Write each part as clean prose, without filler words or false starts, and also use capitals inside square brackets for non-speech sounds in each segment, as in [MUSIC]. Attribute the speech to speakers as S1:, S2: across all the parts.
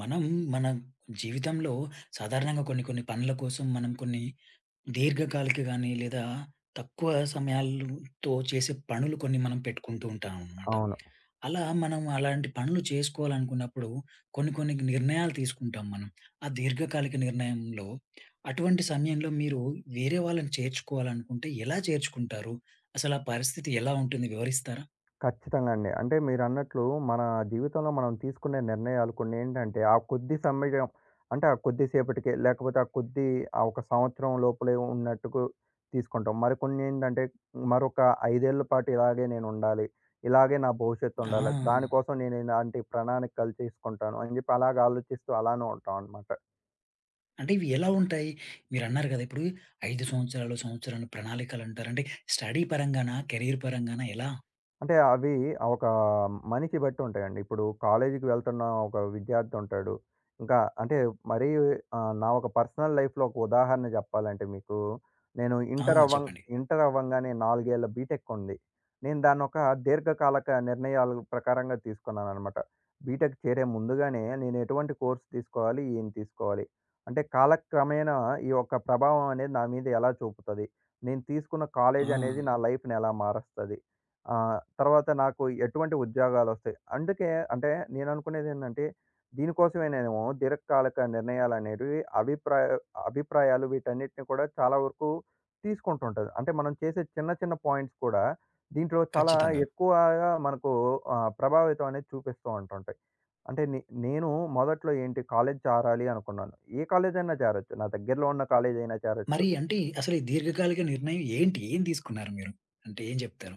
S1: మనం మన జీవితంలో సాధారణంగా కొన్ని కొన్ని పనుల కోసం మనం కొన్ని దీర్ఘకాలిక కానీ లేదా తక్కువ సమయాలతో చేసే పనులు కొన్ని మనం పెట్టుకుంటూ ఉంటాం అనమాట.
S2: అవును.
S1: అలా మనం అలాంటి పనులు చేసుకోవాలనుకున్నప్పుడు కొన్ని కొన్ని నిర్ణయాలు తీసుకుంటాం మనం. ఆ దీర్ఘకాలిక నిర్ణయంలో అటువంటి సమయంలో మీరు వేరే వాళ్ళని చేర్చుకోవాలనుకుంటే ఎలా చేర్చుకుంటారు? అసలు ఆ పరిస్థితి ఎలా ఉంటుంది వివరిస్తారా?
S2: ఖచ్చితంగా అండి. అంటే మీరన్నట్లు మన జీవితంలో మనం తీసుకునే నిర్ణయాలు కొన్నేంటంటే, ఆ కొద్ది సమయం అంటే ఆ కొద్దిసేపటికే లేకపోతే ఆ కొద్ది ఆ ఒక సంవత్సరం లోపలే ఉన్నట్టుకు తీసుకుంటాం. మరికొన్నేంటంటే మరొక 5 ఏళ్ల పాటు ఇలాగే నేనుండాలి. ఇలాగే నా భవిష్యత్తు
S1: ఆ!
S2: ఉండాలి. దానికోసం నేను ఇలాంటి ప్రణాళికలు చేసుకుంటాను అని చెప్పి అలాగ ఆలోచిస్తూ అలానే ఉంటాం అన్నమాట.
S1: అంటే ఇవి ఎలా ఉంటాయి? మీరన్నారు గదా! ఇప్పుడు 5 సంవత్సరాలు ప్రణాళికలంటారు. అంటే స్టడీ పరంగానా? కెరీర్ పరంగానా? ఎలా?
S2: అంటే అవి ఆ ఒక మనిషి బట్టి ఉంటాయండి. ఇప్పుడు కాలేజీకి వెళ్తున్న ఒక విద్యార్థి ఉంటాడు. ఇంకా అంటే మరీ నా ఒక పర్సనల్ లైఫ్‌లో ఒక ఉదాహరణ చెప్పాలంటే మీకు, నేను
S1: ఆ!
S2: Inter okay.
S1: చెప్పండి.
S2: ఇంటర్ అవ్వంగానే 4 ఏళ్ల బీటెక్ ఉంది. నేను దాన్నొక దీర్ఘకాలక నిర్ణయాల ప్రకారంగా తీసుకున్నాననమాట. బీటెక్ చేరే ముందుగానే నేను ఎటువంటి కోర్స్ తీసుకోవాలి, ఏం తీసుకోవాలి, అంటే కాలక్రమేణా ఈ యొక్క ప్రభావం అనేది నా మీద ఎలా చూపుతది? నేను తీసుకున్న
S1: ఆ!
S2: కాలేజ్ అనేది నా లైఫ్‌ని ఎలా మారుస్తది? తర్వాత నాకు ఎటువంటి ఉద్యోగాలొస్తాయి. అందుకే అంటే నేననుకునేదేందంటే, దీనికోసమేనేమో దీర్ఘకాలిక నిర్ణయాలనేటివి అభిప్రాయాలు వీటన్నిటిని కూడా చాలా వరకు తీసుకుంటుంటది. అంటే మనం చేసే చిన్న చిన్న పాయింట్స్ కూడా దీంట్లో చాలా
S1: ఖచ్చితంగా.
S2: ఎక్కువగా మనకు ప్రభావితం అనేది చూపిస్తూ ఉంటుంటాయి. అంటే నేను మొదట్లో ఏంటి కాలేజ్ జారాలి అనుకున్నాను. ఏ కాలేజైనా జారొచ్చు. నా దగ్గరలో ఉన్న కాలేజైనా జారొచ్చు.
S1: మరి అంటే అసలు ఈ దీర్ఘకాలిక నిర్ణయం ఏంటి? ఏం తీసుకున్నారు మీరు? అంటే ఏం జెప్తారు?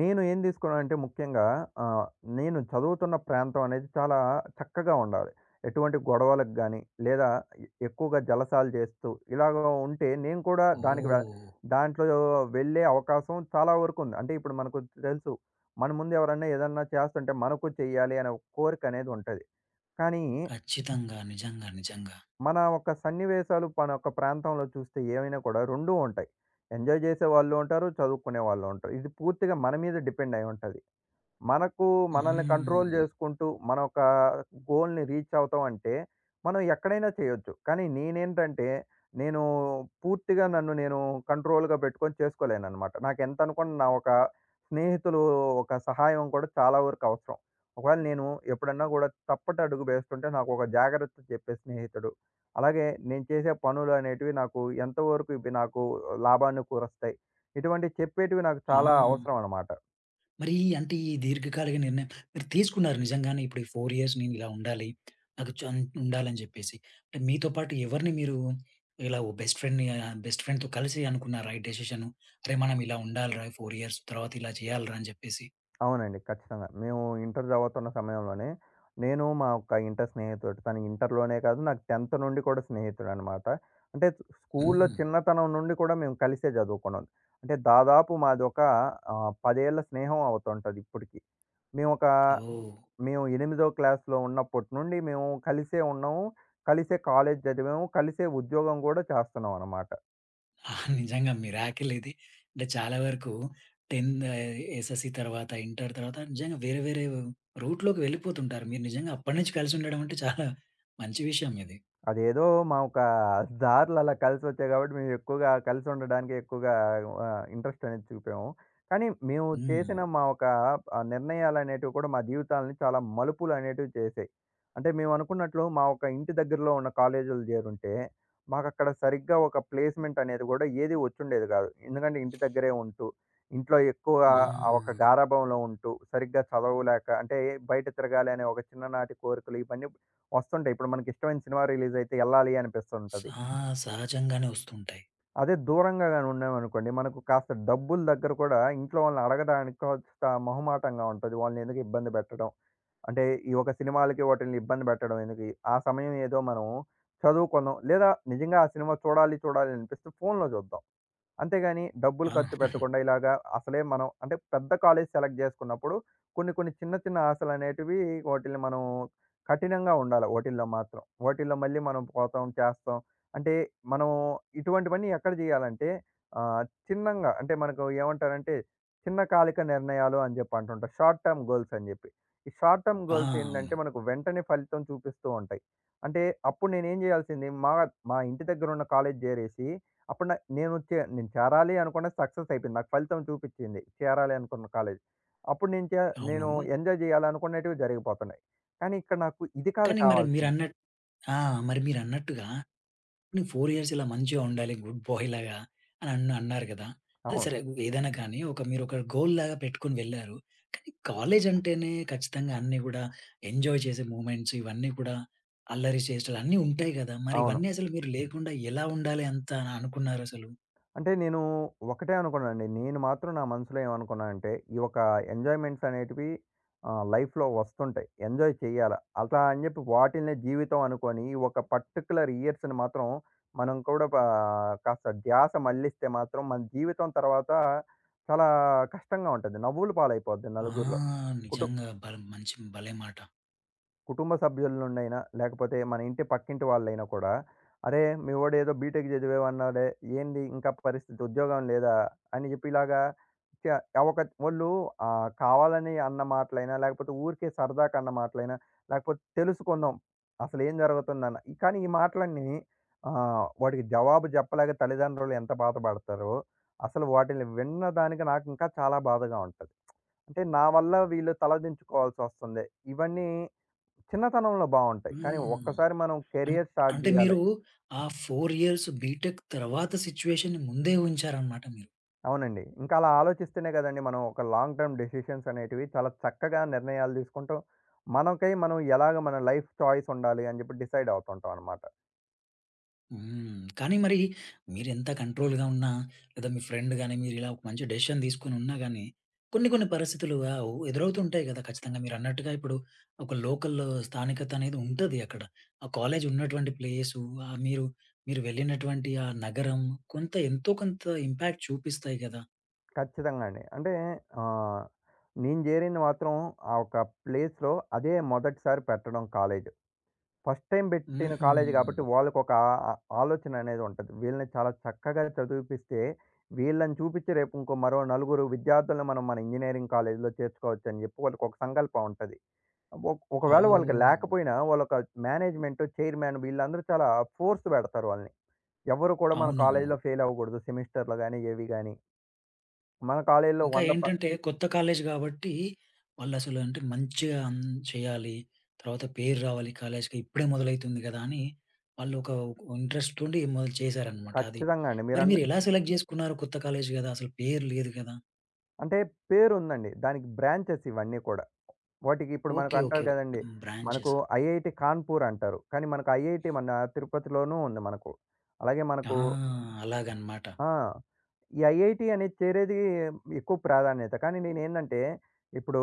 S2: నేను ఏం తీసుకున్నానంటే ముఖ్యంగా ఆహ్, నేను చదువుతున్న ప్రాంతం అనేది చాలా చక్కగా ఉండాలి. ఎటువంటి గొడవలకు గాని, లేదా ఎక్కువగా జలసాలు చేస్తూ ఇలాగ ఉంటే నేను కూడా దానికి వె
S1: ఓహ్!
S2: దాంట్లో వెళ్ళే అవకాశం చాలా వరకు ఉంది. అంటే ఇప్పుడు మనకు తెలుసు. మన ముందు ఎవరన్నా ఏదన్నా చేస్తుంటే మనకు చేయాలి అనే ఒక కోరిక అనేది ఉంటది. కానీ
S1: ఖచ్చితంగా. నిజంగా. నిజంగా.
S2: మన యొక్క సన్నివేశాలు మన యొక్క ప్రాంతంలో చూస్తే ఏమైనా కూడా 2 ఉంటాయి. ఎంజాయ్ చేసేవాళ్ళు ఉంటారు. చదువుకునే వాళ్ళు ఉంటారు. ఇది పూర్తిగా మన మీద డిపెండ్ అయి ఉంటది. మనకు మనల్ని కంట్రోల్
S1: హ్మ్.
S2: చేసుకుంటూ, మన ఒక గోల్‌ని రీచ్ అవుతాం అంటే, మనం ఎక్కడైనా చేయొచ్చు. కానీ నేనేంటంటే, నేను పూర్తిగా నన్ను నేను కంట్రోల్‌గా పెట్టుకొని చేసుకోలేననమాట. నాకెంత అనుకున్న నా ఒక స్నేహితులు ఒక సహాయం కూడా చాలా వరకు అవసరం. ఒకవేళ నేను ఎప్పుడన్నా కూడా తప్పటడుగు వేస్తుంటే నాకు ఒక జాగ్రత్త చెప్పే స్నేహితుడు, అలాగే నేను చేసే పనులు అనేటివి నాకు ఎంతవరకు ఇవి నాకు లాభాన్ని కూరస్తాయి, ఇటువంటి చెప్పేటివి నాకు
S1: ఆ!
S2: చాలా అవసరం అనమాట.
S1: మరి అంటే ఈ దీర్ఘకాలిక నిర్ణయం మీరు తీసుకున్నారు నిజంగానే ఇప్పుడు ఈ 4 ఇయర్స్ నేను ఇలా ఉండాలి. నాకు చన్ ఉండాలని జెప్పేసి. అంటే మీతో పాటు ఎవరిని మీరు ఇలా ఓ బెస్ట్ ఫ్రెండ్‌ని బెస్ట్ ఫ్రెండ్‌తో కలిసి అనుకున్నారా ఈ డెసిషన్? అరే! మనం ఇలా ఉండాలిరా ఈ 4 ఇయర్స్ తర్వాత ఇలా చేయాలిరా అని జెప్పేసి.
S2: అవునండి. ఖచ్చితంగా. మేము ఇంటర్ చదువుతున్న సమయంలోనే, నేను మా ఒక ఇంటర్ స్నేహితుడు. తను ఇంటర్‌లోనే కాదు నాకు 10థ్ నుండి కూడా స్నేహితుడనమాట. అంటే స్కూల్‌లో
S1: హ్మ్.
S2: చిన్నతనం నుండి కూడా మేము కలిసే చదువుకున్నాం. అంటే దాదాపు మాదొక 10 ఏళ్ల స్నేహం అవుతుంటది ఇప్పటికి. మేమొక
S1: ఓహ్!
S2: మేము 8థ్ క్లాస్‌లో ఉన్నప్పటి నుండి మేము కలిసే ఉన్నాము. కలిసే కాలేజ్ చదివాము. కలిసే ఉద్యోగం కూడా చేస్తున్నామనమాట.
S1: నిజంగా మిరాకిల్ ఇది. అంటే చాలా వరకు 10 ఎస్ఎస్‌సి తర్వాత, ఇంటర్ తర్వాత నిజంగా వేరే వేరే రూట్‌లోకి వెళ్ళిపోతుంటారు. మీరు నిజంగా అప్పటి నుంచి కలిసి ఉండడం అంటే చాలా మంచి విషయం ఇది.
S2: అదేదో మా ఒక దారులు అలా కలిసొచ్చాయి కాబట్టి మేము ఎక్కువగా కలిసి ఉండడానికి ఎక్కువగా ఇంట్రెస్ట్ అనేది చూపాము. కానీ మేము
S1: హ్మ్.
S2: చేసిన మా ఒక నిర్ణయాలనేటివి కూడా మా జీవితాల్ని చాలా మలుపులనేటివి చేసాయి. అంటే మేము అనుకున్నట్లు మా ఒక ఇంటి దగ్గరలో ఉన్న కాలేజీలు జేరుంటే, మాకక్కడ సరిగ్గా ఒక ప్లేస్‌మెంట్ అనేది గూడా ఏది వచ్చుండేది గాదు. ఎందుకంటే ఇంటి దగ్గరే ఉంటూ, ఇంట్లో ఎక్కువ
S1: ఆ!
S2: ఆ ఒక గారాబంలో ఉంటూ, సరిగ్గా చదవలేక అంటే బయట తిరగాలి అనే ఒక చిన్ననాటి కోరికలు ఇవన్నీ వస్తుంటాయి. ఇప్పుడు మనకి ఇష్టమైన సినిమా రిలీజ్ అయితే ఎళ్ళాలి అనిపిస్తుంటది.
S1: సా సహజంగానే వస్తుంటాయి.
S2: అదే దూరంగా గాని ఉన్నామనుకోండి, మనకు కాస్త డబ్బుల దగ్గర కూడా ఇంట్లో వాళ్ళని అడగడానికి కాస్త మొహమాటంగా ఉంటది. వాళ్ళని ఎందుకు ఇబ్బంది పెట్టడం. అంటే ఈ ఒక సినిమాలకి వాటిల్ని ఇబ్బంది పెట్టడం ఎందుకు? ఆ సమయం ఏదో మనం చదువుకుందాం. లేదా నిజంగా ఆ సినిమా చూడాలి, చూడాలి అనిపిస్తే ఫోన్‌లో చూద్దాం. అంతేగాని డబ్బులు
S1: ఆ!
S2: ఖర్చు
S1: [LAUGHS]
S2: పెట్టకుండా ఇలాగా అసలే మనం అంటే పెద్ద కాలేజ్ సెలెక్ట్ చేసుకున్నప్పుడు కొన్ని కొన్ని చిన్న చిన్న ఆశలనేటివి వాటిల్ని మనం కఠినంగా ఉండాలి వాటిల్లో మాత్రం. వాటిల్లో మళ్ళీ మనం పోతాం, చేస్తాం. అంటే మనం ఇటువంటివన్నీ ఎక్కడ చేయాలంటే ఆహ్, చిన్నంగా అంటే మనకు ఏమంటారంటే చిన్న కాలిక నిర్ణయాలు అని జెప్పి అంటుంటారు. షార్ట్ టర్మ్ గోల్స్ అని జెప్పి. ఈ షార్ట్ టర్మ్
S1: ఆ!
S2: గోల్స్
S1: అవును.
S2: ఏంటంటే మనకు వెంటనే ఫలితం చూపిస్తూ ఉంటాయి. అంటే అప్పుడు నేనేం జేయాల్సింది మా మా ఇంటి దగ్గరున్న కాలేజ్ జేరేసి అప్పుడు న నేనొచ్చే నేను చేరాలి అనుకున్నది సక్సెస్ అయిపోయింది. నాకు ఫలితం చూపిచ్చింది. చేరాలి అనుకున్న కాలేజ్. అప్పుడు
S1: అవును.
S2: నేను ఎంజాయ్ జేయాలనుకునేటివి జరిగిపోతున్నాయి. కానీ ఇక్కడ నాకు ఇది కాదు
S1: కానీ మరి
S2: కావాల్సింది.
S1: మీరన్నట్టు ఆ! మరి మీరన్నట్టుగా నేను 4 ఇయర్స్ ఇలా మంచిగా ఉండాలి, గుడ్ బాయ్ లాగా అని అన్నారు కదా! అది
S2: అవును.
S1: సరే ఏదైనా కానీ ఒక మీరు ఒక గోల్ లాగా పెట్టుకొని వెళ్లారు. కానీ కాలేజ్ అంటేనే ఖచ్చితంగా అన్నీ కూడా ఎంజాయ్ చేసే మూమెంట్స్ ఇవన్నీ కూడా అల్లరి చేష్టలు అన్నీ ఉంటాయి కదా! మరి
S2: అవును.
S1: ఇవన్నీ అసలు మీరు లేకుండా ఎలా ఉండాలి అంత అనుకున్నారసలు?
S2: అంటే నేను ఒకటే అనుకున్నానండి. నేను మాత్రం నా మనసులో ఏమనుకున్నానంటే, ఈ యొక్క ఎంజాయ్‌మెంట్స్ అనేటివి లైఫ్‌లో వస్తుంటాయి. ఎంజాయ్ చేయాలా. అలా అని చెప్పి వాటిల్నే జీవితం అనుకోని, ఈ ఒక పర్టిక్యులర్ ఇయర్స్‌ని మాత్రం మనం కూడా పా కాస్త ధ్యాస మళ్ళిస్తే మాత్రం మన జీవితం తర్వాత చాలా కష్టంగా ఉంటది. నవ్వుల పాలైపోద్ది
S1: ఆ!
S2: నలుగురిలో. కుటు
S1: నిజంగా బలం మంచి భలే మాట.
S2: కుటుంబ సభ్యుల నుండైనా, లేకపోతే మన ఇంటి పక్కింటి వాళ్ళైనా కూడా, "అరే! మీ వోడు ఏదో బీటెక్ చదివేవన్నాడే, ఏంది ఇంకా పరిస్థితి ఉద్యోగం లేదా?" అని చెప్పి ఇలాగా చ ఒక వోళ్ళు కావాలని అన్న మాటలైనా, లేకపోతే ఊరికే సరదాకి అన్న మాటలైనా, లేకపోతే తెలుసుకుందాం అసలు ఏం జరుగుతుందన్న. ఈ కానీ ఈ మాటలన్నీ వాటికి జవాబు చెప్పలేక తల్లిదండ్రులు ఎంత బాధపడతారో, అసలు వాటిని విన్న దానికి నాకు ఇంకా చాలా బాధగా ఉంటది. అంటే నా వల్ల వీళ్ళు తలదించుకోవాల్సొస్తుంది. ఇవన్నీ చిన్నతనంలో బావుంటాయి. కానీ
S1: హ్మ్.
S2: ఒక్కసారి మనం
S1: అన్
S2: కెరియర్ స్టార్ట్
S1: అంటే
S2: జేయాలి.
S1: మీరు ఆ 4 ఇయర్స్ బీటెక్ తర్వాత సిట్యుయేషన్‌ని ముందే ఊహించారనమాట మీరు.
S2: అవునండి. ఇంకా అలా ఆలోచిస్తేనే గదండీ మనం ఒక లాంగ్ టర్మ్ డెసిషన్స్ అనేటివి చాలా చక్కగా నిర్ణయాలు తీసుకుంటూ, మనకై మనం ఎలాగ మన లైఫ్ చాయిస్ ఉండాలి అని జెప్పి డిసైడ్ అవుతుంటాం అనమాట.
S1: హ్మ్. కానీ మరి మీరెంత కంట్రోల్‌గా ఉన్నా, లేదా మీ ఫ్రెండ్ గాని, మీరిలా ఒక మంచి డెసిషన్ తీసుకొని ఉన్నా గాని, కొన్ని కొన్ని పరిస్థితులు ఎదురవుతూ ఉంటాయి కదా! ఖచ్చితంగా మీరన్నట్టుగా ఇప్పుడు ఒక లోకల్ స్థానికత అనేది ఉంటది అక్కడ. ఆ కాలేజ్ ఉన్నటువంటి ప్లేసు, మీరు మీరు వెళ్ళినటువంటి ఆ నగరం కొంత ఎంతో కొంత ఇంపాక్ట్ చూపిస్తాయి కదా!
S2: ఖచ్చితంగా అండి. అంటే ఆహ్, నేను జేరింది మాత్రం ఆ ఒక ప్లేస్‌లో అదే మొదటిసారి పెట్టడం కాలేజ్. ఫస్ట్ టైమ్ బెట్టిన
S1: హుహు.
S2: కాలేజీ గాబట్టి, వాళ్ళకొక ఆ ఆలోచననేది ఉంటది. వీళ్ళని చాలా చక్కగా చదివిపిస్తే, వీళ్ళని చూపిచ్చి రేపు ఇంకో మరో నలుగురు విద్యార్థులను మనం మన ఇంజినీరింగ్ కాలేజీలో చేర్చుకోవచ్చని జెప్పి వాళ్ళకొక సంకల్పం ఉంటది. ఒకవేళ వాళ్ళకి
S1: ఓహ్!
S2: లేకపోయినా, వాళ్ళొక మేనేజ్‌మెంటు, చైర్మన్ వీళ్ళందరూ చాలా ఫోర్స్ బెడతారు వాళ్ళని. ఎవ్వరు కూడా మన
S1: అవునవును.
S2: కాలేజీలో ఫెయిల్ అవ్వగూడదు సెమిస్టర్‌లు గాని, ఏవి గాని. మన కాలేజీలో
S1: ఇంకా
S2: 100 ప
S1: ఏంటంటే కొత్త కాలేజ్ గాబట్టి, వాళ్ళసలు అంటే మంచిగా చేయాలి. తర్వాత పేరు రావాలి కాలేజ్‌కి. ఇప్పుడే మొదలైతుంది గదా! అని వాళ్ళు ఒక ఇంట్రెస్ట్ ఉండి మొదలు చేశారనమాట అది.
S2: ఖచ్చితంగా అండి.
S1: మరి
S2: మీరన్నట్టు
S1: మీరెలా సెలెక్ట్ జేసుకున్నారు? కొత్త కాలేజ్ గదా! అసలు పేరు లేదు గదా!
S2: అంటే పేరుందండి. దానికి బ్రాంచెస్ ఇవన్నీ కూడా. వాటికి ఇప్పుడు మనకు
S1: ఓకే.
S2: అంటారు
S1: ఓకే.
S2: కదండీ.
S1: హ్మ్.
S2: మనకు
S1: బ్రాంచెస్.
S2: ఐఐటీ కాన్పూర్ అంటారు. కానీ మనకు ఐఐటీ మన తిరుపతిలోనూ ఉంది మనకు. అలాగే
S1: ఆ!
S2: మనకు
S1: అలాగనమాట.
S2: ఆ! ఈ ఐఐటీ అనేది చేరేది ఎక్కువ ప్రాధాన్యత. కానీ నేనేందంటే, ఇప్పుడు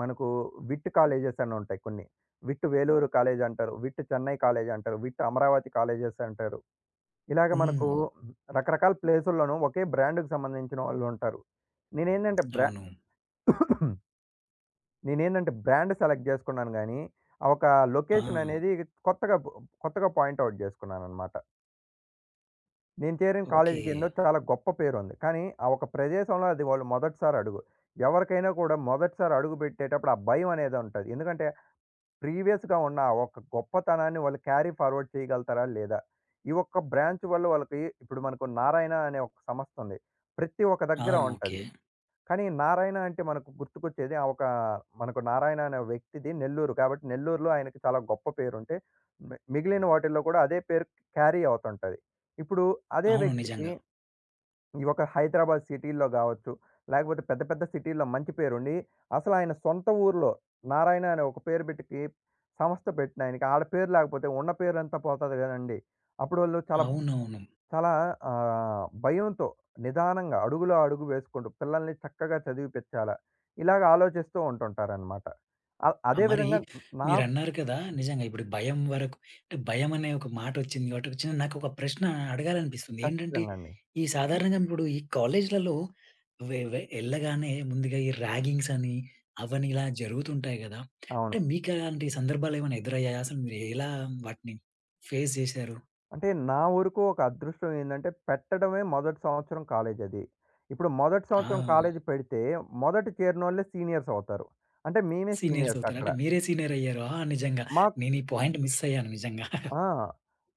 S2: మనకు విట్ కాలేజెస్ అని ఉంటాయి కొన్ని. విట్ వేలూరు కాలేజ్ అంటారు. విట్ చెన్నై కాలేజ్ అంటారు. విట్ అమరావతి కాలేజెస్ అంటారు. ఇలాగ మనకు
S1: హ్మ్.
S2: రకరకాల ప్లేసుల్లోనూ ఒకే బ్రాండ్‌కి సంబంధించిన వాళ్ళు ఉంటారు. నేనేందంటే బ్రా
S1: అవును.
S2: [COUGHS] నేనేంటంటే బ్రాండ్ సెలెక్ట్ చేసుకున్నాను గానీ, ఆ ఒక
S1: ఆ!
S2: లొకేషన్ అనేది కొత్తగా బ్ కొత్తగా పాయింట్ ఔట్ చేసుకున్నాననమాట. నేను చేరిన
S1: ఓకే.
S2: కాలేజీకి ఓకే. ఏందో చాలా గొప్ప పేరుంది. కానీ, ఆ ఒక ప్రదేశంలో అది వాళ్ళు మొదటిసారి అడుగు. ఎవరికైనా కూడా మొదటిసారి అడుగు పెట్టేటప్పుడు ఆ భయం అనేదుంటది. ఎందుకంటే, ప్రీవియస్‌గా ఉన్న ఆ ఒక గొప్పతనాన్ని వాళ్ళు క్యారీ ఫార్వర్డ్ చేయగలుగుతారా లేదా? ఈ ఒక్క బ్రాంచ్ వల్ల వాళ్ళకి ఇప్పుడు మనకు నారాయణ అనే ఒక సంస్థ ఉంది. ప్రతి ఒక్క
S1: ఆ!
S2: దగ్గర అవును. ఉంటది.
S1: ఓకే.
S2: కానీ నారాయణ అంటే మనకు గుర్తుకొచ్చేది ఆ ఒక మనకు నారాయణ అనే వ్యక్తిది నెల్లూరు. కాబట్టి నెల్లూరులో ఆయనకి చాలా గొప్ప పేరుంటే, మిగిలిన వాటిల్లో కూడా అదే పేరు క్యారీ అవుతుంటది. ఇప్పుడు అదే హ్మ్.
S1: అవును.
S2: వ్యక్తికి
S1: నిజంగా.
S2: ఈ ఒక హైదరాబాద్ సిటీల్లో గావచ్చు, లేకపోతే పెద్ద పెద్ద సిటీల్లో మంచి పేరుండి, అసలు ఆయన సొంత ఊర్లో నారాయణ అనే ఒక పేరు పెటికి సంస్థ పెట్టిన ఆయనకి ఆడ పేరు లేకపోతే ఉన్న పేరంతా పోతది గదండీ! అప్పుడోళ్ళు చాలా
S1: అవునవును.
S2: చాలా భయంతో నిదానంగా అడుగులో అడుగు వేసుకుంటూ పిల్లల్ని చక్కగా చదివిపిచ్చాలా? ఇలాగ ఆలోచిస్తూ ఉంటుంటారనమాట.
S1: ఆ!
S2: అదే
S1: మరి
S2: విధంగా నాకు
S1: మీరన్నారు కదా! నిజంగా ఇప్పుడు భయం వరకు అంటే భయం అనే ఒక మాటొచ్చింది కాబట్టి వచ్చిన నాకు ఒక చిన్న నాకొక ప్రశ్న అడగాలనిపిస్తుంది. ఏంటంటే
S2: ఖచ్చితంగా అండి.
S1: ఈ సాధారణంగా ఇప్పుడు ఈ కాలేజ్‌లలో వె వె ఎళ్ళగానే ముందుగా ఈ ర్యాగింగ్స్ అని, అవని ఇలా జరుగుతుంటాయి గదా!
S2: అవును.
S1: అంటే మీకు అలాంటి సందర్భాలేమైనా ఎదురయ్యాయా? అసలు మీరు ఎలా వాటిని ఫేస్ జేశారు?
S2: అంటే నా వరకు ఒక అదృష్టం ఏందంటే పెట్టడమే మొదటి సంవత్సరం కాలేజ్ అది. ఇప్పుడు మొదటి
S1: ఆ!
S2: సంవత్సరం కాలేజ్ పెడితే మొదట చేరినోళ్ళే సీనియర్స్ అవుతారు. అంటే మేమే
S1: సీనియర్స్
S2: సీనియర్స్
S1: అవుతారు.
S2: అక్కడ.
S1: అంటే మీరే సీనియర్ అయ్యారు. ఆ! నిజంగా.
S2: మా
S1: నేను ఈ పాయింట్ మిస్ అయ్యాను నిజంగా. [LAUGHS]
S2: ఆ!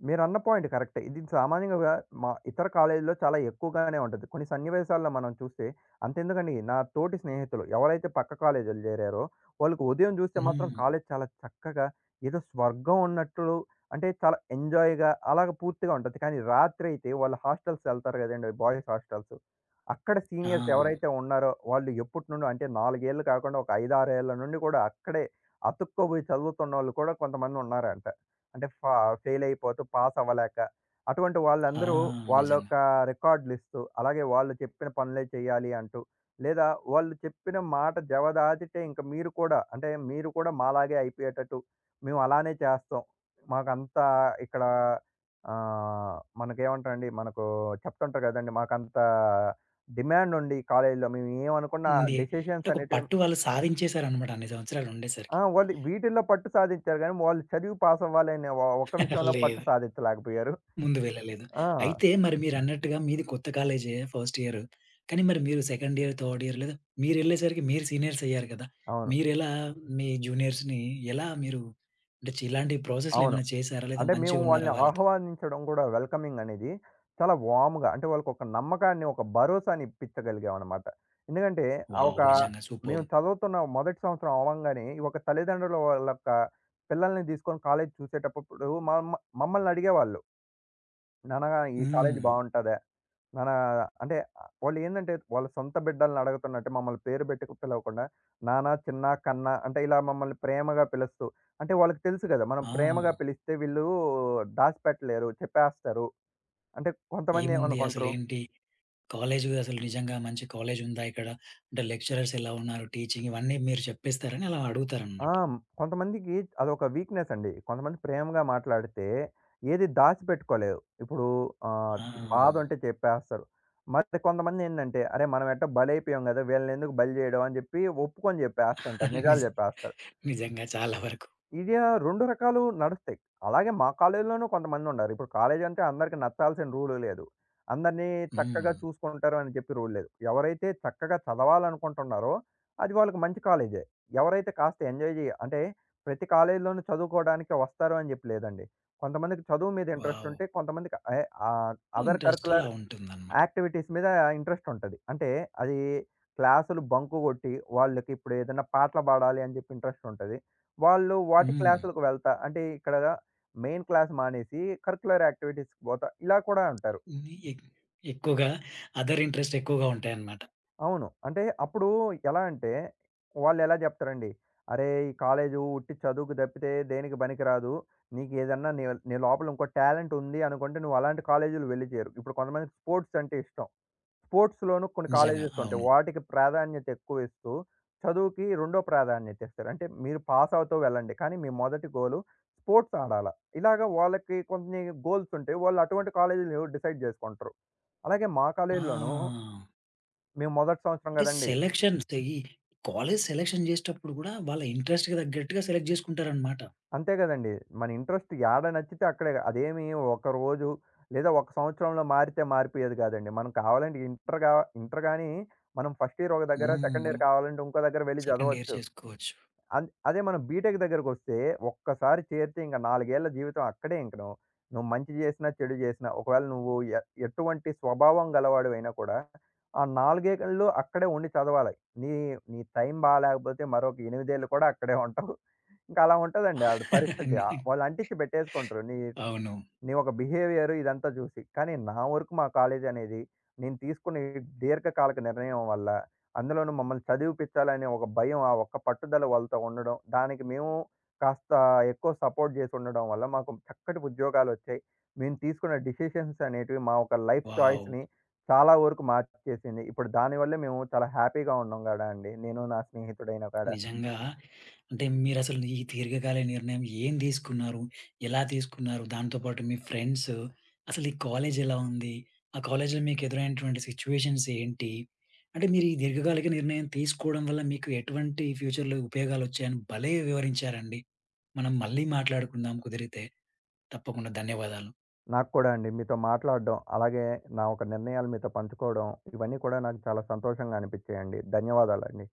S2: మీరన్న పాయింట్ కరెక్టే. ఇది సామాన్యంగా మా ఇతర కాలేజీల్లో చాలా ఎక్కువగానే ఉంటది. కొన్ని సన్నివేశాల్లో మనం చూస్తే అంతెందుకండి నా తోటి స్నేహితులు ఎవరైతే పక్క కాలేజీలు జేరారో, వాళ్ళకి ఉదయం జూస్తే మాత్రం
S1: హ్మ్.
S2: కాలేజీ చాలా చక్కగా ఏదో స్వర్గం ఉన్నట్లు అంటే చాలా ఎంజాయ్‌గా అలాగ పూర్తిగా ఉంటది. కానీ రాత్రయితే వాళ్ళు హాస్టల్స్ ఎళ్తారు గదండీ! Boys hostels. అక్కడ
S1: ఆ!
S2: సీనియర్స్ ఎవరైతే ఉన్నారో వాళ్ళు ఎప్పటినుండో అంటే 4 ఏళ్ళు కాకుండా ఒక 5, 6 ఏళ్ల నుండి కూడా అక్కడే అతుక్కోబోయి చదువుతున్నోళ్ళు కూడా కొంతమంది ఉన్నారంట. అంటే ఫెయిల్ అయిపోతూ పాస్ అవ్వలేక. అటువంటి
S1: ఆ!
S2: వాళ్ళందరూ వాళ్ళ
S1: నిజంగా.
S2: యొక్క రికార్డులు ఇస్తూ, అలాగే వాళ్ళు చెప్పిన పనులే చేయాలి అంటూ, లేదా వాళ్ళు చెప్పిన మాట జవదాటితే ఇంక మీరు కూడా అంటే మీరు కూడా మాలాగే అయిపోయేటట్టు మేము అలానే చేస్తాం. మాకంత ఇక్కడ మనకేమంటారండి మనకు చెప్తుంటారు కదండీ! మాకంత డిమాండ్ ఉండి కాలేజీలో మేము ఏమనుకున్న
S1: ఉంది. అంటే
S2: డెసిషన్స్
S1: ఒక
S2: అనేటివి
S1: పట్టు వాళ్ళు సాధించేసారనమాట అన్ని సంవత్సరాలు
S2: ఆ!
S1: ఉండేసరికి.
S2: వాళ్ళు వీటిల్లో పట్టు సాధించారు గానీ, వాళ్ళు చదివి పాసవ్వాలనే ఒక్క విషయంలో పట్టు
S1: లేదు.
S2: సాధించలేకపోయారు.
S1: ముందు వెళ్ళలేదు.
S2: ఆ!
S1: అయితే మరి మీరన్నట్టుగా మీది కొత్త కాలేజే ఫస్ట్ ఇయరు. కానీ మరి మీరు సెకండ్ ఇయర్, థర్డ్ ఇయర్ లేదా మీరెళ్ళేసరికి మీరు సీనియర్స్ అయ్యారు కదా!
S2: అవును.
S1: మీరెలా మీ జూనియర్స్‌ని ఎలా మీరు అంటే ఇలాంటి ప్రాసెస్‌లు
S2: అవును.
S1: ఏమైనా చేశారా? లేదా
S2: అంటే మేము
S1: మంచిగున్నారా
S2: వాళ్ళని
S1: వాళ్ళతో?
S2: ఆహ్వానించడం గూడా వెల్కమింగ్ అనేది చాలా వార్మ్‌గా అంటే వాళ్ళకొక నమ్మకాన్ని, ఒక భరోసాని ఇప్పించగలిగామనమాట. ఎందుకంటే, ఆ ఒక
S1: వావ్! నిజంగా
S2: మేము
S1: సూపర్బ్!
S2: చదువుతున్న మొదటి సంవత్సరం అవ్వంగానే ఒక తల్లిదండ్రులు వాళ్ళ యొక్క పిల్లల్ని తీసుకొని కాలేజ్ చూసేటప్పుడు మా మ మమ్మల్ని అడిగేవాళ్ళు. నాన్న ఈ కాలేజ్
S1: హ్మ్.
S2: బావుంటదా? మన అంటే వాళ్ళేందంటే, వాళ్ళ సొంత బిడ్డల్ని అడగుతున్నట్టు మమ్మల్ని పేరు పెట్టి పిలవకుండా, నాన్న, చిన్న, కన్న అంటే ఇలా మమ్మల్ని ప్రేమగా పిలుస్తూ అంటే వాళ్ళకి తెలుసు గదా! మనం
S1: ఆ!
S2: ప్రేమగా పిలిస్తే వీళ్ళు దాసిపెట్టలేరు, చెప్పేస్తారు. అంటే కొంతమంది
S1: ఏముంది
S2: ఏమనుకుంటరు
S1: అసలేంటి? కాలేజు అసలు నిజంగా మంచి కాలేజ్ ఉందా ఇక్కడ? అంటే లెక్చరర్స్ ఎలా ఉన్నారు? టీచింగ్ ఇవన్నీ మీరు చెప్పేస్తారని అలా
S2: ఆ!
S1: అడుగుతారనమాట.
S2: కొంతమందికి అదొక వీక్‌నెస్ అండి. కొంతమంది ప్రేమగా మాట్లాడితే ఏది దాచిపెట్టుకోలేరు. ఇప్పుడు ఆహ్,
S1: ఆ!
S2: బాధుంటే చెప్పేస్తారు. మరి కొంతమందేందంటే, అరే! మనం ఎట్టో బలైపోయాం గదా! వీళ్ళనెందుకు బలి జేయడం అని జెప్పి ఒప్పుకొని జెప్పేస్తుంటారు. నిజాలు
S1: నిజ్
S2: జెప్పేస్తారు.
S1: నిజంగా చాలా వరకు.
S2: ఇది 2 రకాలు నడుస్తాయి. అలాగే మా కాలేజీలోనూ కొంతమందుండారు. ఇప్పుడు కాలేజీ అంటే అందరికి నచ్చాల్సిన రూలు లేదు. అందరినీ చక్కగా
S1: హ్మ్.
S2: చూసుకుంటారు అని చెప్పి రూల్ లేదు. ఎవరైతే చక్కగా చదవాలనుకుంటున్నారో అది వాళ్ళకి మంచి కాలేజే. ఎవరైతే కాస్త ఎంజాయ్ జే అంటే ప్రతి కాలేజీలోనూ చదువుకోవడానికి వస్తారు అని చెప్పి లేదండి. కొంతమందికి చదువు మీద ఇంట్రెస్ట్
S1: వావ్!
S2: ఉంటే కొంతమందికి ఆహ్, అదర్
S1: ఇంట్రెస్ట్ అలా
S2: కరిక్యులర్
S1: ఉంటుందన్నమాట.
S2: యాక్టివిటీస్ మీద ఇంట్రెస్ట్ ఉంటది. అంటే అది క్లాసులు బంకు గొట్టి వాళ్ళకి ఇప్పుడు ఏదైనా పాటలు పాడాలి అని చెప్పి ఇంట్రెస్ట్ ఉంటది. వాళ్ళు వాటి
S1: హ్మ్.
S2: క్లాసులకు వెళ్తా అంటే ఇక్కడ మెయిన్ క్లాస్ మానేసి కరిక్యులర్ యాక్టివిటీస్‌కి పోతా ఇలా కూడా అంటారు.
S1: ఇది ఎక్కువగా అదర్ ఇంట్రెస్ట్ ఎక్కువగా ఉంటాయన్నమాట.
S2: అవును. అంటే అప్పుడు ఎలా అంటే వాళ్ళు ఎలా చెప్తారండి. "అరేయ్! ఈ కాలేజు ఉట్టి చదువుకు తప్పితే దేనికి పనికిరాదు. నీకు ఏదన్నా నీ నీ లోపల ఇంకో టాలెంట్ ఉంది అనుకుంటే నువ్వు అలాంటి కాలేజీలు వెళ్లి చేరు." ఇప్పుడు కొంతమందికి స్పోర్ట్స్ అంటే ఇష్టం. స్పోర్ట్స్‌లోనూ కొన్ని
S1: నిజంగా.
S2: కాలేజెస్ ఉంటాయి.
S1: అవును.
S2: వాటికి ప్రాధాన్యత ఎక్కువ ఇస్తూ, చదువుకి రెండో ప్రాధాన్యత ఇస్తారు. అంటే మీరు పాస్ అవుతూ వెళ్ళండి. కానీ మీ మొదటి గోలు స్పోర్ట్స్ ఆడాల. ఇలాగ వాళ్ళకి కొన్ని గోల్స్ ఉంటాయి. వాళ్ళు అటువంటి కాలేజీలు డిసైడ్ చేసుకుంటారు. అలాగే మా కాలేజీలోనూ
S1: ఆ!
S2: మేము మొదటి సంవత్సరం
S1: అంటే
S2: కదండీ!
S1: సెలక్షన్స్ ఈ కాలేజ్ సెలక్షన్ చేసేటప్పుడు కూడా వాళ్ళ ఇంట్రెస్ట్‌కి తగ్గట్టుగా సెలెక్ట్ చేసుకుంటారనమాట.
S2: అంతే కదండీ! మన ఇంట్రెస్ట్ యాడ నచ్చితే అక్కడే. అదేమి ఒకరోజు లేదా ఒక సంవత్సరంలో మారితే మారిపోయేది కాదండి. మనం కావాలంటే ఇంటర్ గాని మనం ఫస్ట్ ఇయర్ ఒక దగ్గర, సెకండ్
S1: హ్మ్.
S2: ఇయర్ కావాలంటే ఇంకో దగ్గర వెళ్లి
S1: సెకండ్ ఇయర్
S2: చదవచ్చు.
S1: చేసుకోవచ్చు.
S2: అదే మనం బీటెక్ దగ్గరకొస్తే ఒక్కసారి చేరితే ఇంక 4 ఏళ్ల జీవితం అక్కడే ఇంక నువ్వు. నువ్వు మంచి జేసినా, చెడు జేసినా ఒకవేళ నువ్వు ఎటువంటి స్వభావం గలవాడివైనా కూడా ఆ 4 ఏళ్ళు అక్కడే ఉండి చదవాలి. నీ నీ టైం బాలేకపోతే మరొక 8 ఏళ్ళు కూడా అక్కడే ఉంటావు. ఇంక అలా ఉంటదండి ఆడ పరిస్థితి.
S1: [LAUGHS]
S2: వాళ్ళు అంటించి పెట్టేసుకుంటారు. నీ
S1: అవును.
S2: నీ ఒక బిహేవియర్ ఇదంతా చూసి. కానీ నా వరకు మా కాలేజ్ అనేది నేను తీసుకునే దీర్ఘకాలిక నిర్ణయం వల్ల, అందులోనూ మమ్మల్ని చదివిపిచ్చాలనే ఒక భయం, ఆ ఒక్క పట్టుదల వాళ్ళతో ఉండడం, దానికి మేము కాస్త ఎక్కువ సపోర్ట్ చేసి ఉండడం వల్ల మాకు చక్కటి ఉద్యోగాలొచ్చాయి. మేము తీసుకున్న డిసిషన్స్ అనేటివి మా ఒక లైఫ్
S1: వావ్!
S2: చాయిస్‌ని చాలా వరకు మార్చేసింది. ఇప్పుడు దానివల్లే మేము చాలా హ్యాపీగా ఉన్నాం గూడా అండి. నేను నా స్నేహితుడైన కాడ.
S1: నిజంగా అంటే మీరసలు ఈ దీర్ఘకాలిక నిర్ణయం ఏం తీసుకున్నారు? ఎలా తీసుకున్నారు? దాంతో పాటు మీ ఫ్రెండ్స్, అసలు ఈ కాలేజ్ ఎలా ఉంది? ఆ కాలేజ్‌లో మీకు ఎదురైనటువంటి సిట్యుయేషన్స్ ఏంటి? అంటే మీరు ఈ దీర్ఘకాలిక నిర్ణయం తీసుకోవడం వల్ల మీకు ఎటువంటి ఫ్యూచర్‌లో ఉపయోగాలొచ్చాయని భలే వివరించారండి. మనం మళ్ళీ మాట్లాడుకుందాం కుదిరితే. తప్పకుండా ధన్యవాదాలు.
S2: నాకు కూడా అండి. మీతో మాట్లాడడం, అలాగే నా ఒక నిర్ణయాలు మీతో పంచుకోవడం, ఇవన్నీ కూడా నాకు చాలా సంతోషంగా అనిపించాయండి. ధన్యవాదాలండి.